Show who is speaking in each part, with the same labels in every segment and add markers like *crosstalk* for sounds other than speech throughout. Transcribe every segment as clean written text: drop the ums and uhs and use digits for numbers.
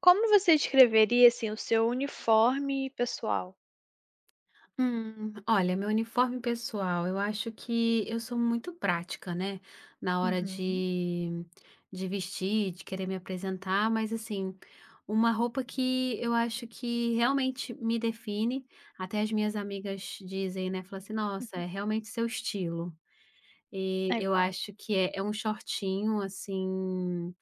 Speaker 1: Como você descreveria, assim, o seu uniforme pessoal?
Speaker 2: Olha, meu uniforme pessoal, eu acho que eu sou muito prática, né? Na hora
Speaker 1: Uhum.
Speaker 2: de vestir, de querer me apresentar, mas assim, uma roupa que eu acho que realmente me define, até as minhas amigas dizem, né? Falam assim, nossa, é realmente seu estilo. E
Speaker 1: É
Speaker 2: eu
Speaker 1: qual?
Speaker 2: acho que é um shortinho, assim,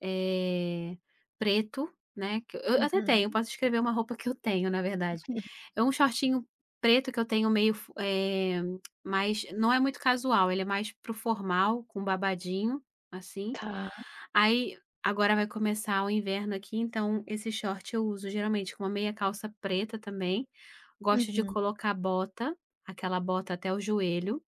Speaker 2: eh, preto, né, que eu até
Speaker 1: Uhum.
Speaker 2: tenho, posso escrever uma roupa que eu tenho, na verdade.
Speaker 1: *laughs*
Speaker 2: É um shortinho preto que eu tenho meio mais não é muito casual, ele é mais para o formal, com babadinho, assim.
Speaker 1: Tá.
Speaker 2: Aí, agora vai começar o inverno aqui, então esse short eu uso geralmente com uma meia calça preta também, gosto de
Speaker 1: Uhum.
Speaker 2: colocar bota, aquela bota até o joelho.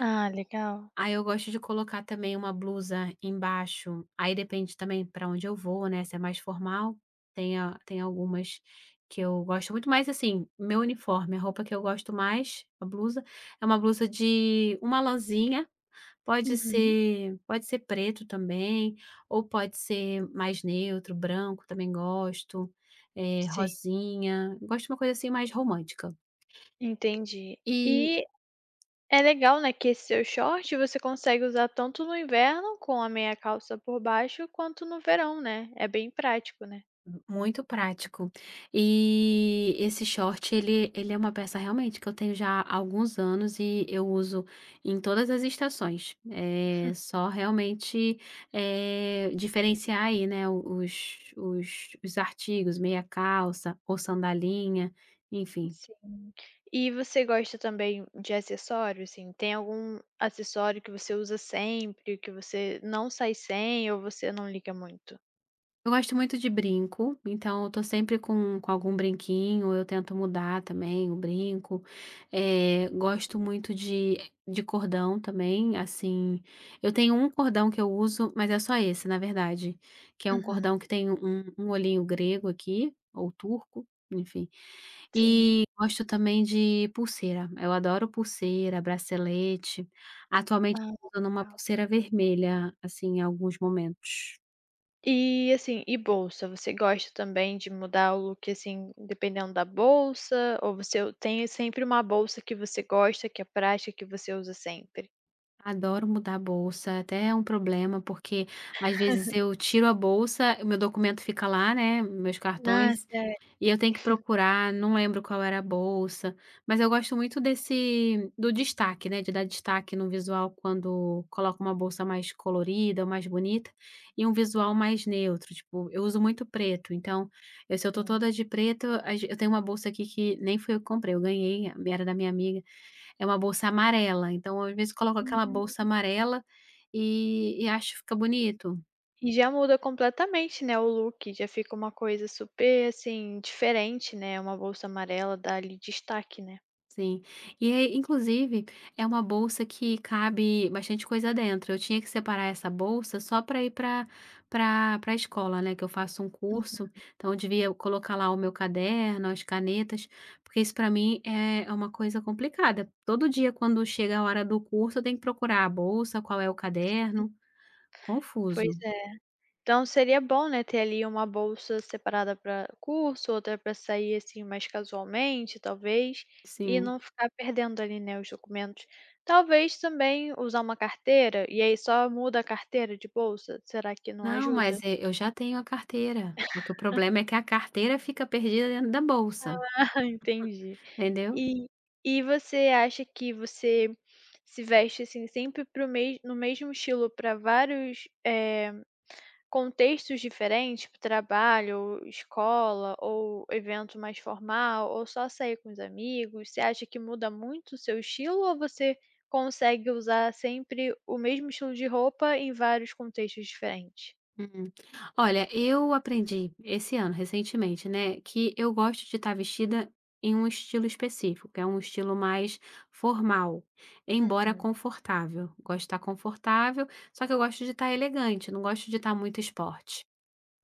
Speaker 1: Ah, legal.
Speaker 2: Aí eu gosto de colocar também uma blusa embaixo, aí depende também para onde eu vou, né, se é mais formal, tem algumas que eu gosto muito, mais assim, meu uniforme, a roupa que eu gosto mais, a blusa, é uma blusa de uma lãzinha, pode
Speaker 1: Uhum.
Speaker 2: ser pode ser preto também, ou pode ser mais neutro, branco também gosto,
Speaker 1: Sim,
Speaker 2: rosinha, gosto de uma coisa assim mais romântica.
Speaker 1: entendi.
Speaker 2: E
Speaker 1: E é legal, né, que esse seu short você consegue usar tanto no inverno com a meia calça por baixo, quanto no verão, né, é bem prático, né.
Speaker 2: Muito prático. E esse short, ele é uma peça realmente que eu tenho já há alguns anos e eu uso em todas as estações. É só realmente diferenciar aí, né, os artigos, meia calça ou sandalinha, enfim.
Speaker 1: Sim. E você gosta também de acessórios, assim, tem algum acessório que você usa sempre, que você não sai sem ou você não liga muito?
Speaker 2: Eu gosto muito de brinco, então eu tô sempre com algum brinquinho, eu tento mudar também o brinco. Gosto muito de cordão também, assim. Eu tenho um cordão que eu uso, mas é só esse, na verdade, que é um
Speaker 1: Uhum,
Speaker 2: cordão que tem um olhinho grego aqui, ou turco, enfim.
Speaker 1: sim.
Speaker 2: E gosto também de pulseira. Eu adoro pulseira, bracelete.
Speaker 1: Ah,
Speaker 2: Atualmente estou usando uma
Speaker 1: legal.
Speaker 2: pulseira vermelha, assim, em alguns momentos.
Speaker 1: E, assim, e bolsa? Você gosta também de mudar o look, assim, dependendo da bolsa? Ou você tem sempre uma bolsa que você gosta, que é prática, que você usa sempre?
Speaker 2: Adoro mudar a bolsa, até é um problema, porque às vezes eu tiro a bolsa, o meu documento fica lá, né, meus
Speaker 1: Ah,
Speaker 2: cartões,
Speaker 1: sério?
Speaker 2: e eu tenho que procurar, não lembro qual era a bolsa, mas eu gosto muito desse do destaque, né, de dar destaque no visual quando coloco uma bolsa mais colorida ou mais bonita e um visual mais neutro, tipo, eu uso muito preto, então, eu se eu tô
Speaker 1: Hum.
Speaker 2: toda de preto, às eu tenho uma bolsa aqui que nem fui eu que comprei, eu ganhei, era da minha amiga, é uma bolsa amarela, então às vezes coloco aquela bolsa
Speaker 1: Hum.
Speaker 2: amarela e acho que fica bonito,
Speaker 1: E já muda completamente, né, o look, já fica uma coisa super, assim, diferente, né, uma bolsa amarela dá ali destaque, né.
Speaker 2: sim. E aí inclusive, é uma bolsa que cabe bastante coisa dentro, eu tinha que separar essa bolsa só para ir para a escola, né, que eu faço um
Speaker 1: Hum.
Speaker 2: curso, então eu devia colocar lá o meu caderno, as canetas, porque isso para mim é uma coisa complicada. Todo dia quando chega a hora do curso eu tenho que procurar a bolsa, qual é o caderno,
Speaker 1: Pois
Speaker 2: confuso.
Speaker 1: é. Então seria bom, né, ter ali uma bolsa separada para curso, outra para sair, assim, mais casualmente, talvez, e
Speaker 2: Sim.
Speaker 1: não ficar perdendo ali, né, os documentos. Talvez também usar uma carteira, e aí só muda a carteira de bolsa, será que não
Speaker 2: Não,
Speaker 1: ajuda?
Speaker 2: mas e eu já tenho a carteira, só que o problema é que a carteira fica perdida dentro da bolsa,
Speaker 1: *laughs* Entendi.
Speaker 2: entendeu?
Speaker 1: E e você acha que você se veste, assim, sempre para o mes no mesmo estilo para vários, contextos diferentes, tipo trabalho, ou escola ou evento mais formal, ou só sair com os amigos, você acha que muda muito o seu estilo ou você consegue usar sempre o mesmo estilo de roupa em vários contextos diferentes?
Speaker 2: Uhum. Olha, eu aprendi esse ano, recentemente, né, que eu gosto de estar vestida em um estilo específico, que é um estilo mais formal, embora
Speaker 1: Uhum,
Speaker 2: confortável. Gosto de estar confortável, só que eu gosto de estar elegante, não gosto de estar muito esporte.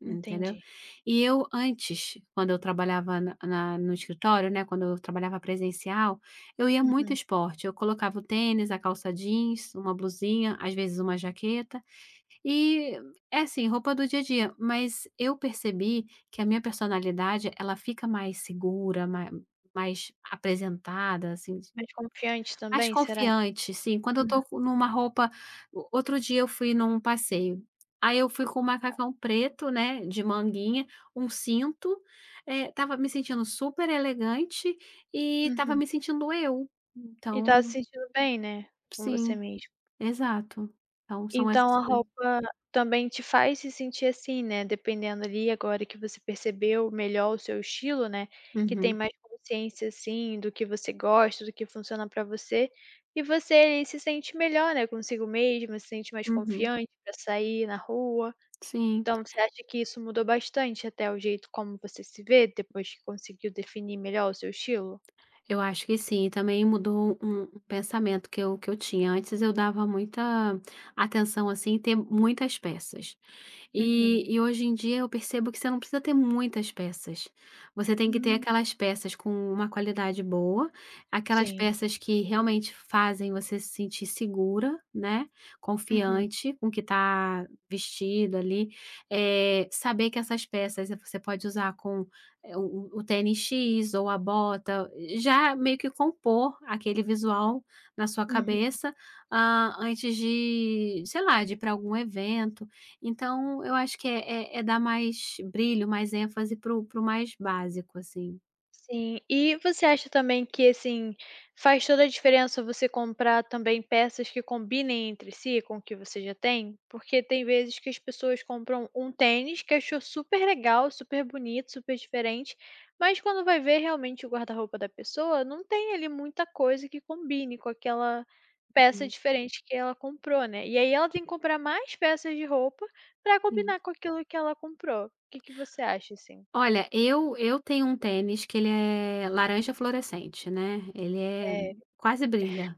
Speaker 2: Entendeu?
Speaker 1: entendi.
Speaker 2: E eu antes, quando eu trabalhava na na no escritório, né, quando eu trabalhava presencial, eu ia muito
Speaker 1: Uhum.
Speaker 2: esporte, eu colocava o tênis, a calça jeans, uma blusinha, às vezes uma jaqueta, e é assim, roupa do dia a dia, mas eu percebi que a minha personalidade ela fica mais segura, mais apresentada, assim
Speaker 1: Mais confiante
Speaker 2: mais
Speaker 1: também, será?
Speaker 2: confiante, sim. Quando eu
Speaker 1: Uhum,
Speaker 2: tô co numa roupa o outro dia eu fui num passeio, aí eu fui com um macacão preto, né, de manguinha, um cinto, eh, estava me sentindo super elegante e estava
Speaker 1: uhum.
Speaker 2: me sentindo eu.
Speaker 1: E tá se
Speaker 2: Então
Speaker 1: sentindo bem, né, com você
Speaker 2: sim,
Speaker 1: mesmo?
Speaker 2: exato. Então são
Speaker 1: Então
Speaker 2: essas
Speaker 1: a
Speaker 2: coisas.
Speaker 1: roupa também te faz se sentir assim, né, dependendo ali agora que você percebeu melhor o seu estilo, né, que tem
Speaker 2: Uhum,
Speaker 1: mais consciência, assim, do que você gosta, do que funciona pra você, e você ali se sente melhor, né, consigo mesma, se sente mais
Speaker 2: uhum,
Speaker 1: confiante pra sair na rua.
Speaker 2: sim.
Speaker 1: Então você acha que isso mudou bastante até o jeito como você se vê depois que conseguiu definir melhor o seu estilo?
Speaker 2: Eu acho que sim, e também mudou um pensamento que eu tinha. Antes eu dava muita atenção, assim, em ter muitas peças. E
Speaker 1: Uhum.
Speaker 2: e hoje em dia eu percebo que você não precisa ter muitas peças. Você tem que ter
Speaker 1: Hum,
Speaker 2: aquelas peças com uma qualidade boa, aquelas
Speaker 1: sim.
Speaker 2: peças que realmente fazem você se sentir segura, né,
Speaker 1: Uhum.
Speaker 2: confiante com o que está vestido ali. Eh, saber que essas peças você pode usar com o tênis X ou a bota, já meio que compor aquele visual na sua
Speaker 1: Uhum.
Speaker 2: cabeça, antes de, sei lá, de ir para algum evento. Então eu acho que é dar mais brilho, mais ênfase para o mais básico, assim.
Speaker 1: Sim. E você acha também que, assim, faz toda a diferença você comprar também peças que combinem entre si com o que você já tem? Porque tem vezes que as pessoas compram um tênis que achou super legal, super bonito, super diferente, mas quando vai ver realmente o guarda-roupa da pessoa, não tem ali muita coisa que combine com aquela peça
Speaker 2: Uhum,
Speaker 1: diferente que ela comprou, né. E aí ela tem que comprar mais peças de roupa para
Speaker 2: sim.
Speaker 1: combinar com aquilo que ela comprou. O que que você acha, assim?
Speaker 2: Olha, eu tenho um tênis que ele é laranja fluorescente, né, ele é
Speaker 1: É.
Speaker 2: quase brilha.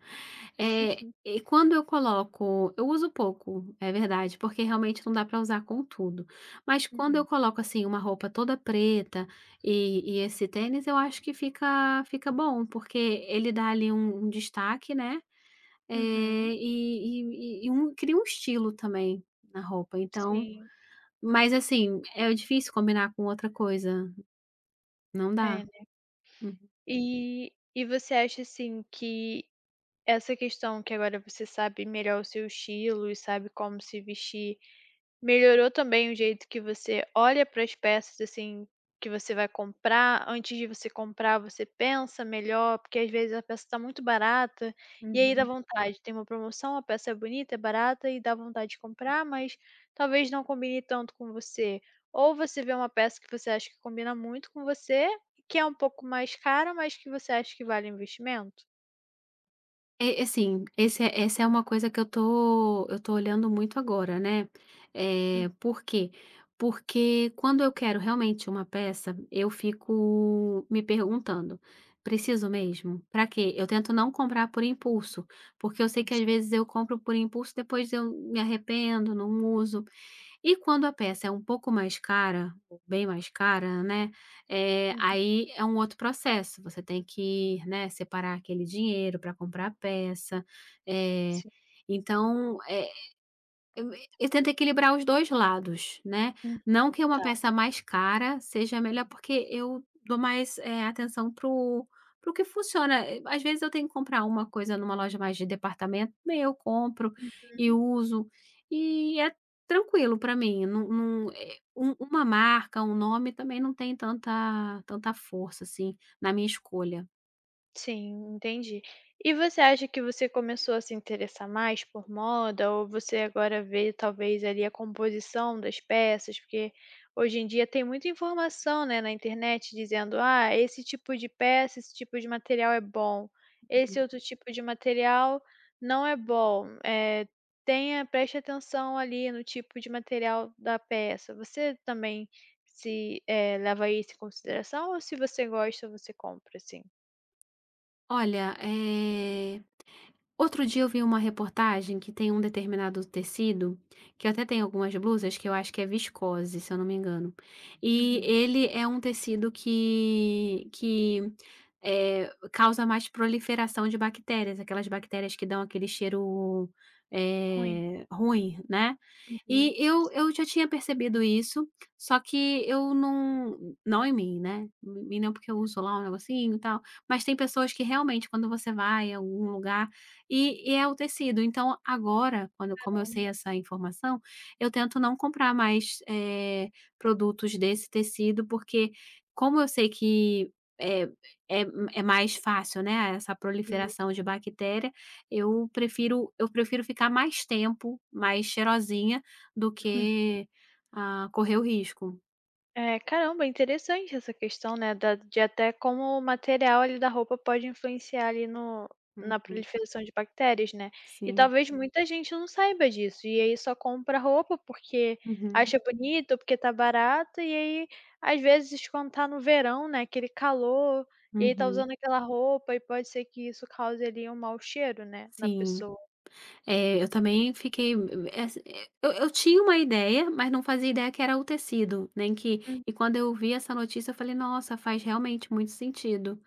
Speaker 2: Eh, e quando eu coloco eu uso pouco, é verdade, porque realmente não dá para usar com tudo. Mas quando eu
Speaker 1: Uhum.
Speaker 2: coloco, assim, uma roupa toda preta e esse tênis, eu acho que fica bom, porque ele dá ali um destaque, né,
Speaker 1: Uhum.
Speaker 2: e um cria um estilo também na roupa, então
Speaker 1: Sim,
Speaker 2: mas, assim, é difícil combinar com outra coisa. Não dá.
Speaker 1: é, né.
Speaker 2: Uhum.
Speaker 1: E você acha, assim, que essa questão que agora você sabe melhor o seu estilo e sabe como se vestir melhorou também o jeito que você olha para as peças, assim, que você vai comprar? Antes de você comprar, você pensa melhor? Porque às vezes a peça está muito barata, e aí dá
Speaker 2: Uhum.
Speaker 1: vontade. Tem uma promoção, a peça é bonita, é barata e dá vontade de comprar, mas talvez não combine tanto com você. Ou você vê uma peça que você acha que combina muito com você, que é um pouco mais cara, mas que você acha que vale o investimento?
Speaker 2: É, assim, esse é essa é uma coisa que eu tô olhando muito agora, né.
Speaker 1: Hum,
Speaker 2: É por quê? Porque quando eu quero realmente uma peça, eu fico me perguntando: "Preciso mesmo? Pra quê?". Eu tento não comprar por impulso, porque eu sei que às
Speaker 1: sim.
Speaker 2: vezes eu compro por impulso, depois eu me arrependo, não uso. E quando a peça é um pouco mais cara, ou bem mais cara, né, eh,
Speaker 1: Uhum,
Speaker 2: aí é um outro processo, você tem que, né, separar aquele dinheiro para comprar a peça, eh,
Speaker 1: sim.
Speaker 2: então, eu eu tento equilibrar os 2 lados, né.
Speaker 1: Hum,
Speaker 2: Não que uma
Speaker 1: tá.
Speaker 2: peça mais cara seja melhor, porque eu dou mais, eh, atenção pro que funciona. Eh, às vezes eu tenho que comprar uma coisa numa loja mais de departamento, bem, eu compro e uso, e é tranquilo para mim, não não, uma marca, um nome também não tem tanta força, assim, na minha escolha.
Speaker 1: Sim, entendi. E você acha que você começou a se interessar mais por moda ou você agora vê talvez ali a composição das peças? Porque hoje em dia tem muita informação, né, na internet dizendo: "Ah, esse tipo de peça, esse tipo de material é bom, esse outro tipo de material não é bom". Tenha preste atenção ali no tipo de material da peça. Você também se leva isso em consideração ou se você gosta, você compra, assim?
Speaker 2: Olha, outro dia eu vi uma reportagem que tem um determinado tecido, que, até tem algumas blusas que eu acho que é viscose, se eu não me engano. E
Speaker 1: Uhum.
Speaker 2: ele é um tecido que causa mais proliferação de bactérias, aquelas bactérias que dão aquele cheiro
Speaker 1: Ruim.
Speaker 2: ruim, né?
Speaker 1: Uhum.
Speaker 2: E eu,
Speaker 1: Sim.
Speaker 2: eu já tinha percebido isso, só que eu não. Não em mim, né? Em mim não, porque eu uso lá um negocinho e tal. Mas tem pessoas que realmente, quando você vai a algum lugar e é o tecido. Então agora, quando como eu sei
Speaker 1: Caramba.
Speaker 2: essa informação, eu tento não comprar mais, eh, produtos desse tecido, porque como eu sei que é é é mais fácil, né, essa
Speaker 1: Hum.
Speaker 2: proliferação de bactéria, eu prefiro ficar mais tempo mais cheirosinha do que, ah, correr o risco.
Speaker 1: É, caramba, interessante essa questão, né, da de até como o material ali da roupa pode influenciar ali no na
Speaker 2: Uhum.
Speaker 1: proliferação de bactérias, né. E
Speaker 2: Sim.
Speaker 1: talvez muita gente não saiba disso, e aí só compra roupa porque
Speaker 2: Uhum.
Speaker 1: acha bonito, porque tá barato, e aí, às vezes, quando tá no verão, né, aquele calor, e aí tá
Speaker 2: Uhum.
Speaker 1: usando aquela roupa e pode ser que isso cause ali um mau cheiro, né, na
Speaker 2: Sim.
Speaker 1: pessoa.
Speaker 2: É, eu também fiquei eu tinha uma ideia, mas não fazia ideia que era o tecido, nem que
Speaker 1: Hum,
Speaker 2: e quando eu vi essa notícia eu falei: "Nossa, faz realmente muito sentido".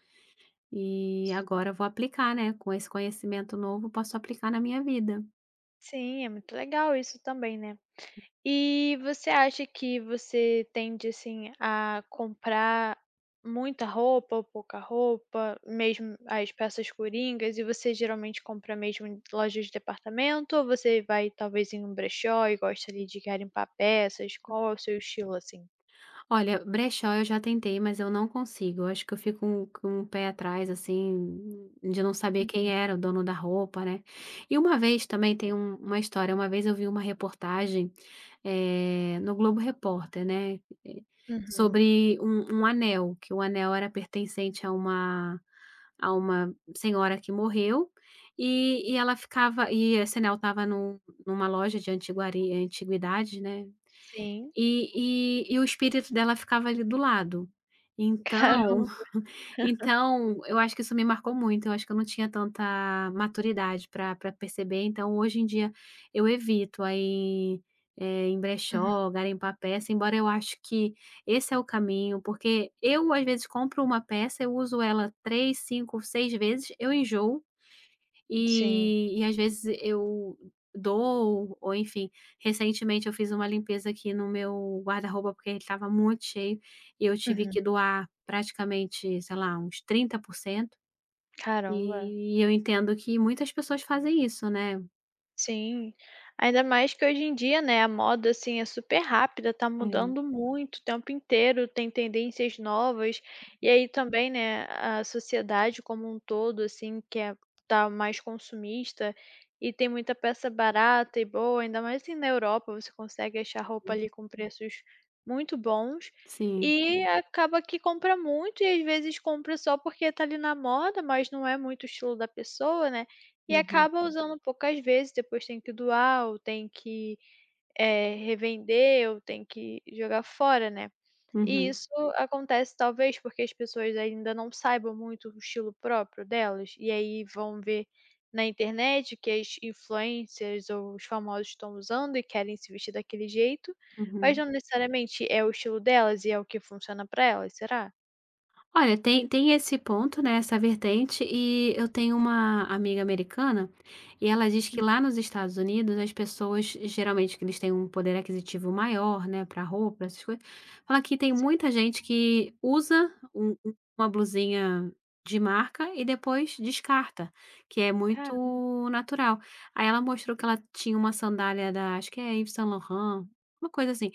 Speaker 2: E agora eu vou aplicar, né, com esse conhecimento novo, posso aplicar na minha vida.
Speaker 1: sim, é muito legal isso também, né. E você acha que você tende, assim, a comprar muita roupa ou pouca roupa, mesmo as peças coringas, e você geralmente compra mesmo em loja de departamento ou você vai talvez em um brechó e gosta ali de garimpar peças? Qual é o seu estilo, assim?
Speaker 2: Olha, brechó eu já tentei, mas eu não consigo. Eu acho que eu fico com o pé atrás, assim, de não saber quem era o dono da roupa, né? E uma vez também tem uma história. Uma vez eu vi uma reportagem, no Globo Repórter, né? eh,
Speaker 1: Uhum,
Speaker 2: Sobre um anel, que o anel era pertencente a uma senhora que morreu. E ela ficava, e esse anel estava numa loja de antiguidades, né?
Speaker 1: sim.
Speaker 2: E o espírito dela ficava ali do lado.
Speaker 1: *laughs*
Speaker 2: Então
Speaker 1: Caramba.
Speaker 2: *laughs* então eu acho que isso me marcou muito, eu acho que eu não tinha tanta maturidade para pra perceber, então hoje em dia eu evito aí ir, eh, em
Speaker 1: Uhum,
Speaker 2: brechó, garimpar peça, embora eu acho que esse é o caminho, porque eu às vezes compro uma peça, eu uso ela 3, 5, 6 vezes, eu enjoo
Speaker 1: sim.
Speaker 2: e às vezes eu dou ou enfim, recentemente eu fiz uma limpeza aqui no meu guarda-roupa, porque ele estava muito cheio, e eu tive
Speaker 1: Uhum.
Speaker 2: que doar praticamente, sei lá, uns 30%, e
Speaker 1: Caramba.
Speaker 2: e eu entendo que muitas pessoas fazem isso, né.
Speaker 1: Sim, ainda mais que hoje em dia, né, a moda, assim, é super rápida, tá
Speaker 2: É,
Speaker 1: mudando muito o tempo inteiro, tem tendências novas, e aí também, né, a sociedade como um todo, assim, que é tá mais consumista e tem muita peça barata e boa, ainda mais assim na Europa, você consegue achar roupa ali com preços muito bons
Speaker 2: sim.
Speaker 1: e acaba que compra muito e às vezes compra só porque tá ali na moda, mas não é muito o estilo da pessoa, né? E
Speaker 2: Uhum,
Speaker 1: acaba Uhum. usando poucas vezes, depois tem que doar ou tem que, revender ou tem que jogar fora, né. E
Speaker 2: uhum,
Speaker 1: isso acontece talvez porque as pessoas ainda não saibam muito o estilo próprio delas, e aí vão ver na internet que as influencers ou os famosos estão usando e querem se vestir daquele jeito, mas
Speaker 2: uhum.
Speaker 1: não necessariamente é o estilo delas e é o que funciona pra elas, será?
Speaker 2: Olha, tem esse ponto, né, essa vertente, e eu tenho uma amiga americana, e ela diz que
Speaker 1: Hum.
Speaker 2: lá nos Estados Unidos as pessoas, geralmente que eles têm um poder aquisitivo maior, né, para roupa, essas coisas, fala que tem
Speaker 1: Sim.
Speaker 2: muita gente que usa uma blusinha de marca e depois descarta, que é
Speaker 1: Caramba.
Speaker 2: muito natural. Aí ela mostrou que ela tinha uma sandália da acho que é Yves Saint Laurent, uma coisa assim,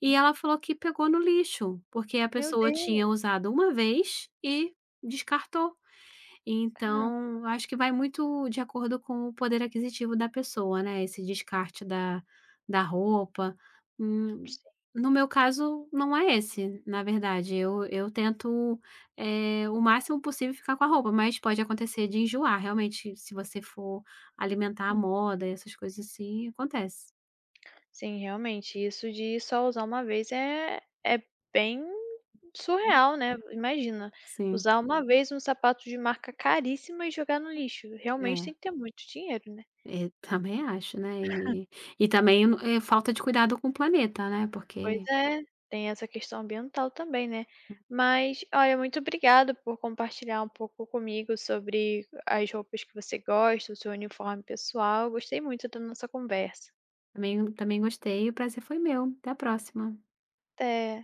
Speaker 2: e ela falou que pegou no lixo, porque a
Speaker 1: Meu
Speaker 2: pessoa tinha
Speaker 1: Deus.
Speaker 2: usado uma vez e descartou.
Speaker 1: Caramba,
Speaker 2: Então, acho que vai muito de acordo com o poder aquisitivo da pessoa, né, esse descarte da da roupa. Hum, no meu caso, não é esse, na verdade. Eu tento, eh, o máximo possível ficar com a roupa, mas pode acontecer de enjoar, realmente, se você for alimentar a
Speaker 1: sim.
Speaker 2: moda e essas coisas assim, acontece.
Speaker 1: Sim, realmente, isso de só usar uma vez é é bem
Speaker 2: Hum,
Speaker 1: surreal, né. Imagina,
Speaker 2: sim.
Speaker 1: usar uma vez um sapato de marca caríssima e jogar no lixo, realmente
Speaker 2: É.
Speaker 1: tem que ter muito dinheiro, né.
Speaker 2: Eu também acho, né, e também, eh, falta de cuidado com o planeta, né,
Speaker 1: Pois
Speaker 2: porque
Speaker 1: é, tem essa questão ambiental também, né. Mas, olha, muito obrigada por compartilhar um pouco comigo sobre as roupas que você gosta, o seu uniforme pessoal, gostei muito da nossa conversa.
Speaker 2: também gostei, e o prazer foi meu. Até a próxima.
Speaker 1: Até.